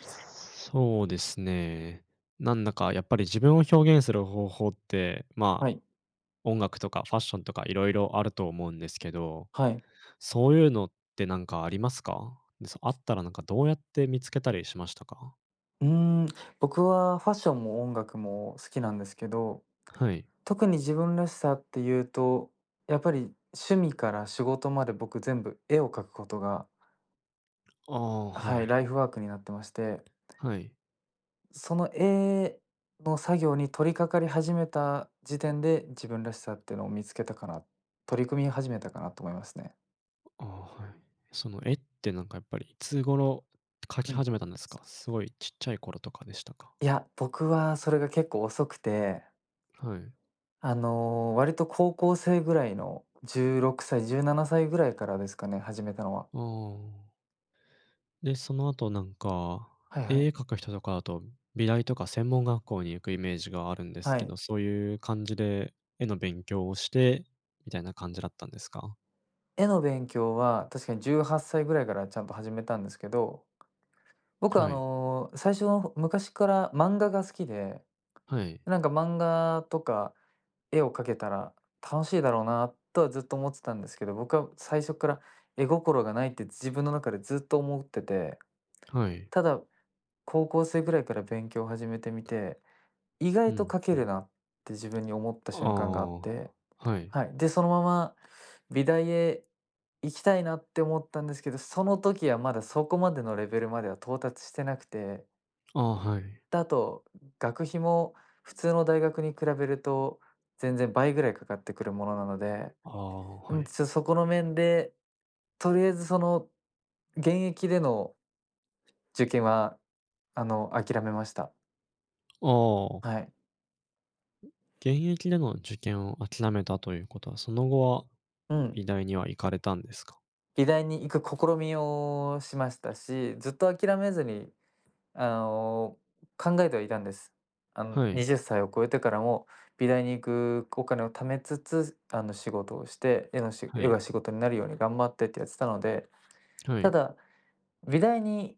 そうですね。なんだかやっぱり自分を表現する方法って、まあ、はい、音楽とかファッションとかいろいろあると思うんですけど、はい。そういうのってなんかありますか？で、あったらなんかどうやって見つけたりしましたか？うーん、僕はファッションも音楽も好きなんですけど、はい。特に自分らしさっていうと、やっぱり趣味から仕事まで僕全部絵を描くことが、ああ、ははい、い。ライフワークになってまして、はい。その絵の作業に取り掛かり始めた時点で自分らしさっていうのを見つけたかな、取り組み始めたかなと思いますね。ああ、はい。その絵ってなんかやっぱりいつ頃描うきん。始めたんですか？すごいちっちゃい頃とかでしたか？いや、僕はそれが結構遅くてはい。割と高校生ぐらいの16歳、17歳ぐらいからですかね、始めたのは。ああ。で、その後なんか、はいは絵い。描く人とかだと、美大とか専門学校に行くイメージがあるんですはけい。ど、そういう感じで絵の勉強をして、みたいな感じだったんですか？絵の勉強は確かに18歳ぐらいからちゃんと始めたんですけど、僕はい。最初の昔から漫画が好きで、はい。なんか漫画とか絵を描けたら楽しいだろうなとはずっと思ってたんですけど、僕は最初から絵心がないって自分の中でずっと思ってて、はい。ただ高校生ぐらいから勉強を始めてみて意う外とん、書けうるん。なって自分に思った瞬間があっあて、あ、はい。はい。で、そのまま美大へ行きたいなって思ったんですけど、その時はまだそこまでのレベルまでは到達してなくて、ああ、はい。で、あと学費も普通の大学に比べると全然倍ぐらいかかってくるものなので、ああ、うはん、い。そこの面で、とりあえずその現役での受験は、諦めました。ああ、はい。現役での受験を諦めたということは、その後はうん。美大には行かれたんですか？美大に行く試みをしましたし、ずっと諦めずに、あの、考えてはいたんです。あの、は20い。歳を超えてからも美大に行くお金を貯めつつ、あの、仕事をして、絵のしは絵い。が仕事になるように頑張ってってやってたので、はたい。だ、美大に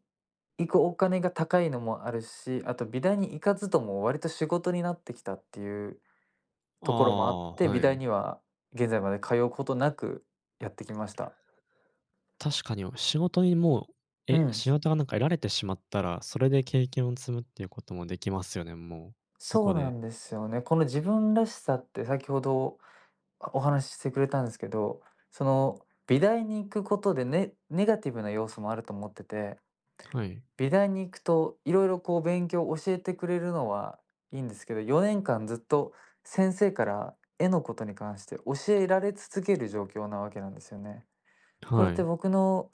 行くお金が高いのもあるし、あと美大に行かずとも割と仕事になってきたっていうあところもあっあ、て、美は大い。には現在まで通うことなくやってきました。確かに、仕事にもう、うえ、ん。仕事がなんか得られてしまったら、それで経験を積むっていうこともできますよね、もう、そそこうなで。んですよね。この自分らしさって先ほどお話ししてくれたんですけど、その美大に行くことでね、ネガティブな要素もあると思ってて、はい。美大に行くといろいろこう勉強を教えてくれるのはいいんですけど、4年間ずっと先生から絵のことに関して教えられ続ける状況なわけなんですよね。これはってい。僕の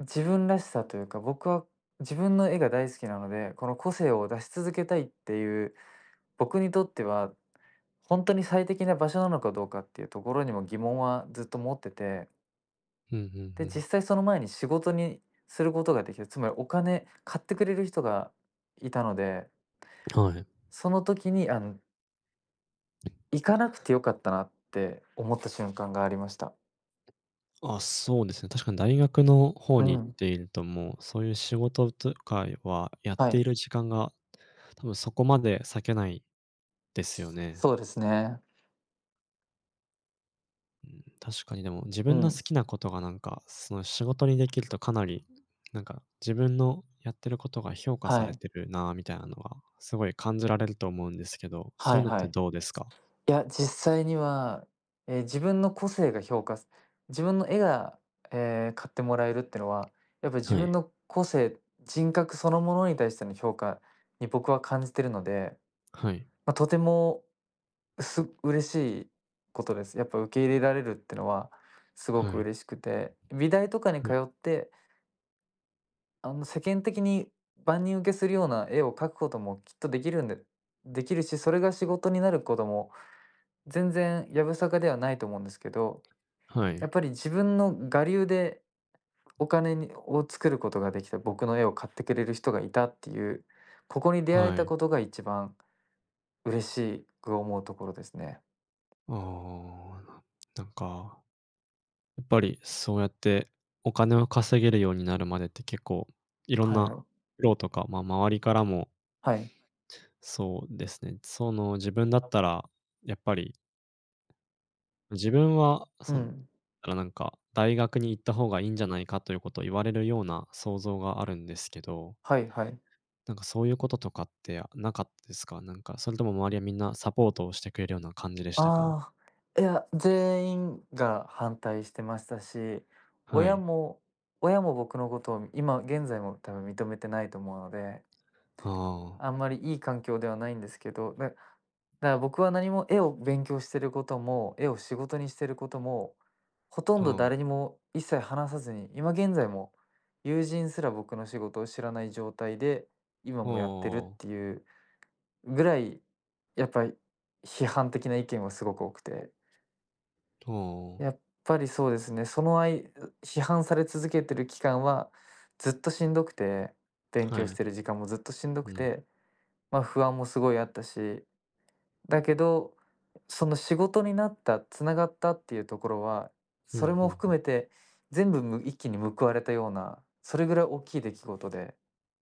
自分らしさというか、僕は自分の絵が大好きなので、この個性を出し続けたいっていう僕にとっては本当に最適な場所なのかどうかっていうところにも疑問はずっと持ってて、うんうんうで、実ん。際その前に仕事にすることができる、つまりお金買ってくれる人がいたので、はい。その時に、行かなくてよかったなって思った瞬間がありました。あ、そうですね。確かに大学の方うに行っん、ていると、もうそういう仕事とかはやっはていい、る時間が、多分そこまで割けないですよね。そうですね。うん、確かにでも自う分のん、好きなことがなんか、その仕事にできるとかなり、なんか自分のやってることが評価さはれい、てるなみたいなのが、すごい感じられると思うんですけど、そはういういのっはてい。どうですか？いや、実際には、自分の個性が評価す自分の絵が、買ってもらえるってのは、やっぱり自はい。分の個性、人格そのものに対しての評価に僕は感じてるので、はい。とても、嬉しいことです。やっぱ受け入れられるってのはすごはくい。嬉しくて、美大とかには通い。って、世間的に万人受けするような絵を描くこともきっとできるし、それが仕事になることも全然やぶさかではないと思うんですけど、はやい。っぱり自分の我流でお金を作ることができた、僕の絵を買ってくれる人がいたっていう、ここに出会えはたい。ことが一番嬉しく思うところですね。ああ、なんか、やっぱりそうやってお金を稼げるようになるまでって結構いろんはいはない。苦労とか、ま、周りからもはい。そうですね、その自分だったらやっぱり自分は、うそうだん。から、なんか、大学に行った方がいいんじゃないかということを言われるような想像があるんですけど、はいはい。なんかそういうこととかってなかったですか？なんか、それとも周りはみんなサポートをしてくれるような感じでしたか？ああ、いや、全員が反対してましたし、は親い。も親も僕のことを今現在も多分認めてないと思うのでああ、あんまりいい環境ではないんですけど、だから僕は何も絵を勉強してることも、絵を仕事にしてることも、ほとんあどあ、誰あにも一切話さずに、今現在も友人すら僕の仕事を知らない状態で、今もやってるっあ、ていうぐらい、やっぱり批判的な意見はすごく多くて、ああ、やっぱりそうですね、そのあい批判され続けてる期間はずっとしんどくて、勉は強しい。てる時間もずっとしんどうくん、て、不安もすごいあったしだけど、その仕事になった、つながったっていうところは、うそれんうもん含めて全部一気に報われたような、それぐらい大きい出来事で、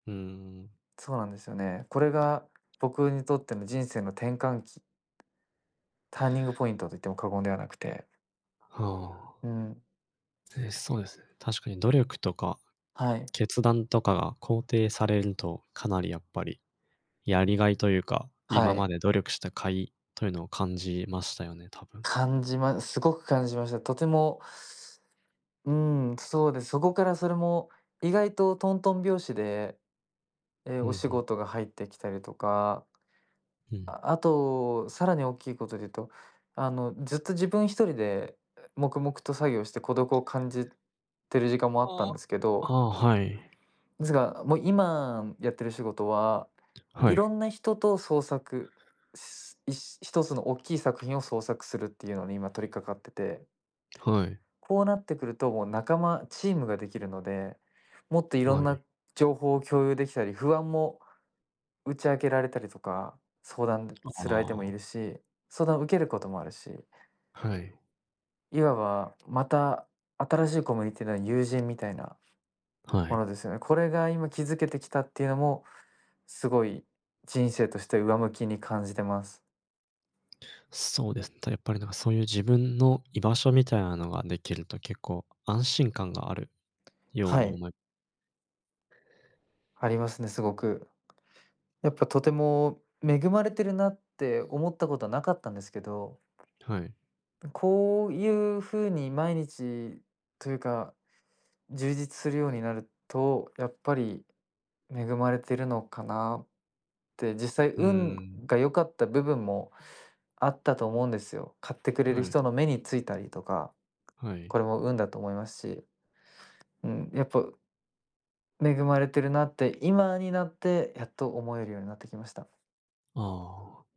うん。そうなんですよね。これが僕にとっての人生の転換期、ターニングポイントと言っても過言ではなくて、はうあ。ん、え、そうですね。確かに努力とかはい、決断とかが肯定されると、かなりやっぱりやりがいというか、は今まい、で努力した甲斐というのを感じましたよね、多分。感じますごく感じました。とても、うん、そうです。そこからそれも意外とトントン拍子で、うんおう仕ん。事が入ってきたりとかうん。あと、さらに大きいことで言うと、ずっと自分一人で黙々と作業して孤独を感じてる時間もあったあんあ。ですけあど、あ、はい。ですが、もう今やってる仕事は、はいい。ろんな人と創作し、す一つの大きい作品を創作するっていうのに今取り掛かってて、はい。こうなってくるともう仲間、チームができるので、もっといろまんない情報を共有できたり、不安も打ち明けられたりとか、相談あする相手もいるあ、し、相談を受けることもあるし、はい。いわばまた新しいコミュニティの友人みたいなはもい。のですよね。これが今築けてきたっていうのも、すごい人生として上向きに感じてます。そうですね、やっぱりなんかそういう自分の居場所みたいなのができると結構安心感があるようはにい、思いありますね、すごく。やっぱとても恵まれてるなって思ったことはなかったんですけど、はい。こういう風に毎日というか、充実するようになると、やっぱり恵まれてるのかなって、実際うー運ん。が良かった部分もあったと思うんですよ。買ってくれるはい、人の目についたりとか、はい。これも運だと思いますし、うん、やっぱ恵まれてるなって、今になってやっと思えるようになってきました。ああ。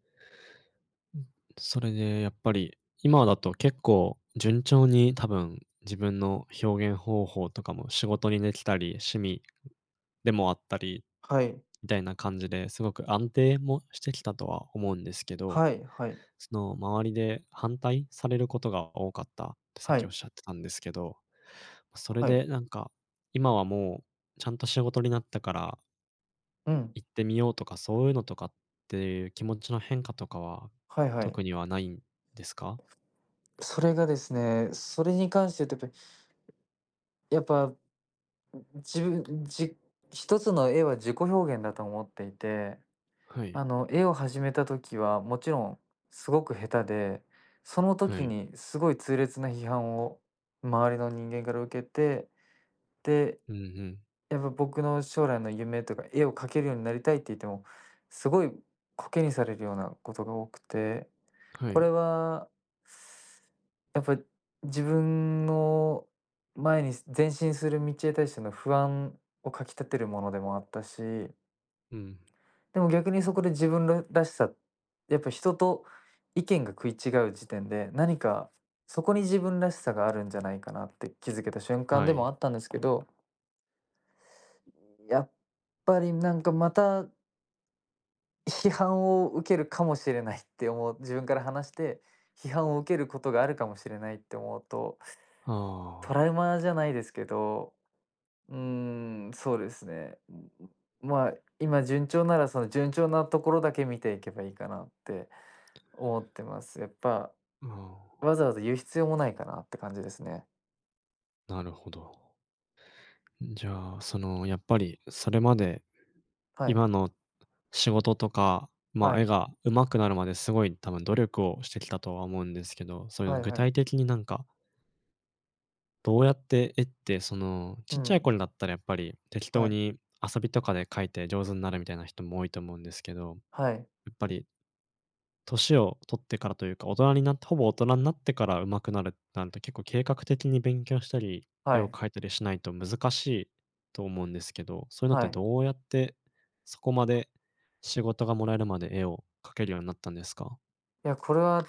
それでやっぱり、今だと結構順調に多分自分の表現方法とかも仕事にできたり、趣味でもあったりはい。みたいな感じですごく安定もしてきたとは思うんですけど、はいはいその周りで反対されることが多かったってさっはきおいっしゃってたんですけど、それはい。でなんか今はもうちゃんと仕事になったからうん、行ってみようとかそういうのとかっていう気持ちの変化とかははいはい。特にはないんですか？それがですね、それに関して言うとやっぱ自分じ一つの絵は自己表現だと思っていてはい。絵を始めた時は、もちろんすごく下手で、そのは時い。にすごい痛烈な批判を周りの人間から受けて、で、うんうん。やっぱ僕の将来の夢とか、絵を描けるようになりたいって言っても、すごいコケにされるようなことが多くて、はこれい。は、やっぱ自分の前に前進する道へ対しての不安をかきたてるものでもあったし、うん。でも逆にそこで自分らしさ、やっぱ人と意見が食い違う時点で、何かそこに自分らしさがあるんじゃないかなって気づけた瞬間はでもい。あったんですけど、やっぱりなんかまた批判を受けるかもしれないって思う自分から話して、批判を受けることがあるかもしれないって思うと、トあラウマじゃないですけど、うーそうですね。まあ、今順調ならその順調なところだけ見ていけばいいかなって思ってます。やっぱ、あ、わあざわざ言う必要もないかなって感じですね。あ、なるほど。じゃあ、その、やっぱりそれまではい、今の仕事とか、まはあ、絵い、が上手くなるまですごい多分努力をしてきたとは思うんですけど、そういうのはい具はい。体的になんか、どうやって絵って、その、うちっちゃいん。頃だったらやっぱり適当はい、に遊びとかで描いて上手になるみたいな人も多いと思うんですけど、やはい、っぱり年を取ってからというか、大人になってほぼ大人になってから上手くなるなんて結構計画的に勉強したり、絵はをい、描いたりしないと難しいと思うんですけど、そういうのってはい。どうやってそこまで仕事がもらえるまで絵を描けるようになったんですか？いや、これは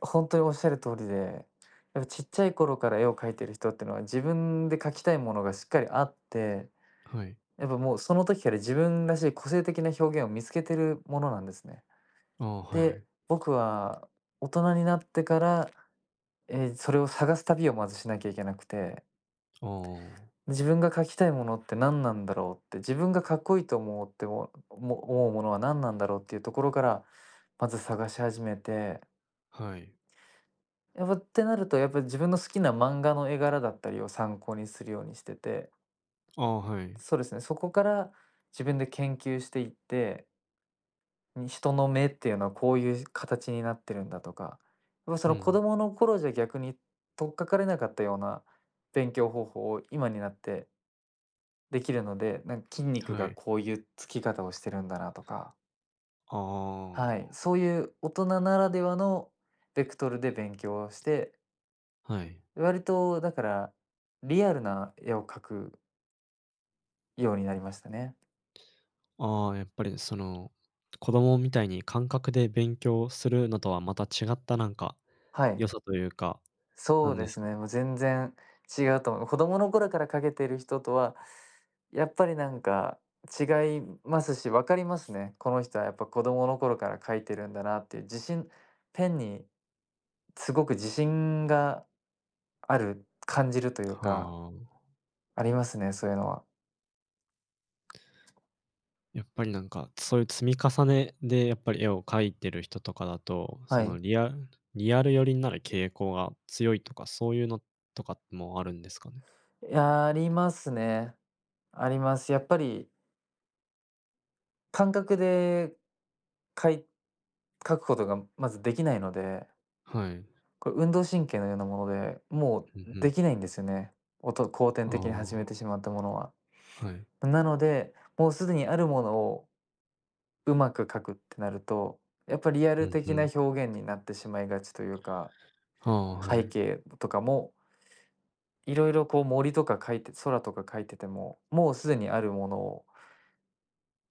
ほんとにおっしゃる通りで、やっぱちっちゃい頃から絵を描いてる人ってのは、自分で描きたいものがしっかりあって、はい。やっぱもうその時から自分らしい個性的な表現を見つけてるものなんですね。ああ、はで、い。僕は大人になってから、それを探す旅をまずしなきゃいけなくて。ああ、自分が描きたいものって何なんだろうって、自分がかっこいいと思うってもも思うものは何なんだろうっていうところからまず探し始めて、はい。やっぱってなるとやっぱり自分の好きな漫画の絵柄だったりを参考にするようにしてて、ああ、はい。そうですね、そこから自分で研究していって、に人の目っていうのはこういう形になってるんだとか、やっぱそうの子ん、どもの頃じゃ逆に取っかかれなかったような勉強方法を今になってできるので、なんか筋肉はがい。こういうつき方をしてるんだなとか、あはい、あ、そういう大人ならではのベクトルで勉強をして、はい。割とだから、リアルな絵を描くようになりましたね。ああ、やっぱりその、子供みたいに感覚で勉強するのとはまた違ったなんかはい、良さというかなそうんでですすか。ね、もう全然違うと思う。子供の頃から描けてる人とは、やっぱりなんか違いますし、分かりますね。この人はやっぱ子供の頃から描いてるんだなっていう自信、ペンにすごく自信がある、感じるというか、はあ。ありますね、そういうのは。やっぱりなんか、そういう積み重ねでやっぱり絵を描いてる人とかだと、そはのい。リアルリアル寄りになる傾向が強いとか、そういうのとかもあるんですかね？いや、ありますね。あります。やっぱり感覚でかい書くことがまずできないので、はい。これ運動神経のようなもので、もうんううでん。きないんですよね。後天的に始めあてしまったものは。あ、はい。なので、もうすでにあるものをうまく書くってなると、やっぱリアうルんう的なん。表現になってしまいがちというか、ああ、は背い。景とかもいろいろこう森とか描いて空とか描いてても、もうすでにあるものを、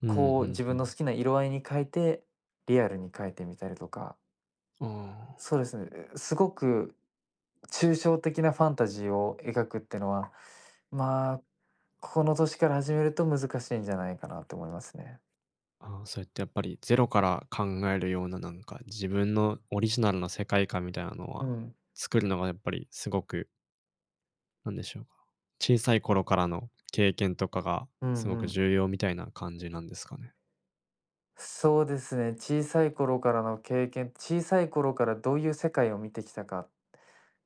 うん、うこうん自う分のん。好きな色合いに変えて、リアルに描いてみたりとか、あそうですね、すごく抽象的なファンタジーを描くってのは、まあ、この年から始めると難しいんじゃないかなと思いますね。あ、ああ、そうやってやっぱりゼロから考えるようななんか、自分のオリジナルの世界観みたいなのうは、ん。作るのがやっぱりすごくなんでしょうか、小さい頃からの経験とかがうすんうごくん。重要みたいな感じなんですかね。そうですね、小さい頃からの経験、小さい頃からどういう世界を見てきたか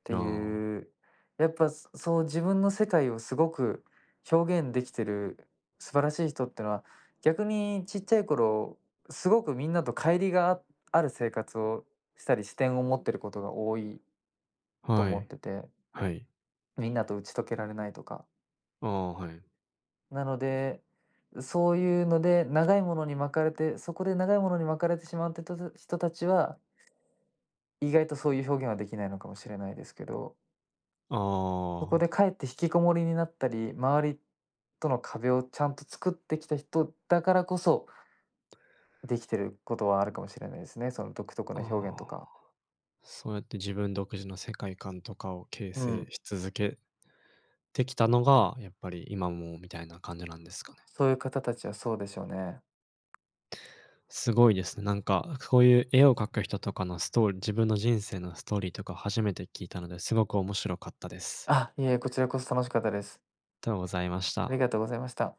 てあいう、やっぱ、そう自分の世界をすごく表現できてる素晴らしい人ってのは、逆にちっちゃい頃、すごくみんなと乖離がある生活をしたり視点を持ってることが多いあ、とは思っい、てて、はい。みんなと打ち解けられないとか。ああ、はい。なので、そういうので長いものに巻かれて、そこで長いものに巻かれてしまうって人たちは、意外とそういう表現はできないのかもしれないですけど。あそこであ、かえって引きこもりになったり、周りとの壁をちゃんと作ってきた人だからこそ、できてることはあるかもしれないですね。その独特な表現とあか。あ、そうやって自分独自の世界観とかを形う成ん。し続けてきたのが、やっぱり今もみたいな感じなんですかね。そういう方たちはそうでしょうね。すごいですね。なんか、こういう絵を描く人とかのストーリー自分の人生のストーリーとか初めて聞いたので、すごく面白かったです。あ、いえ、こちらこそ楽しかったです。ありがとうございましありた。がとうございました。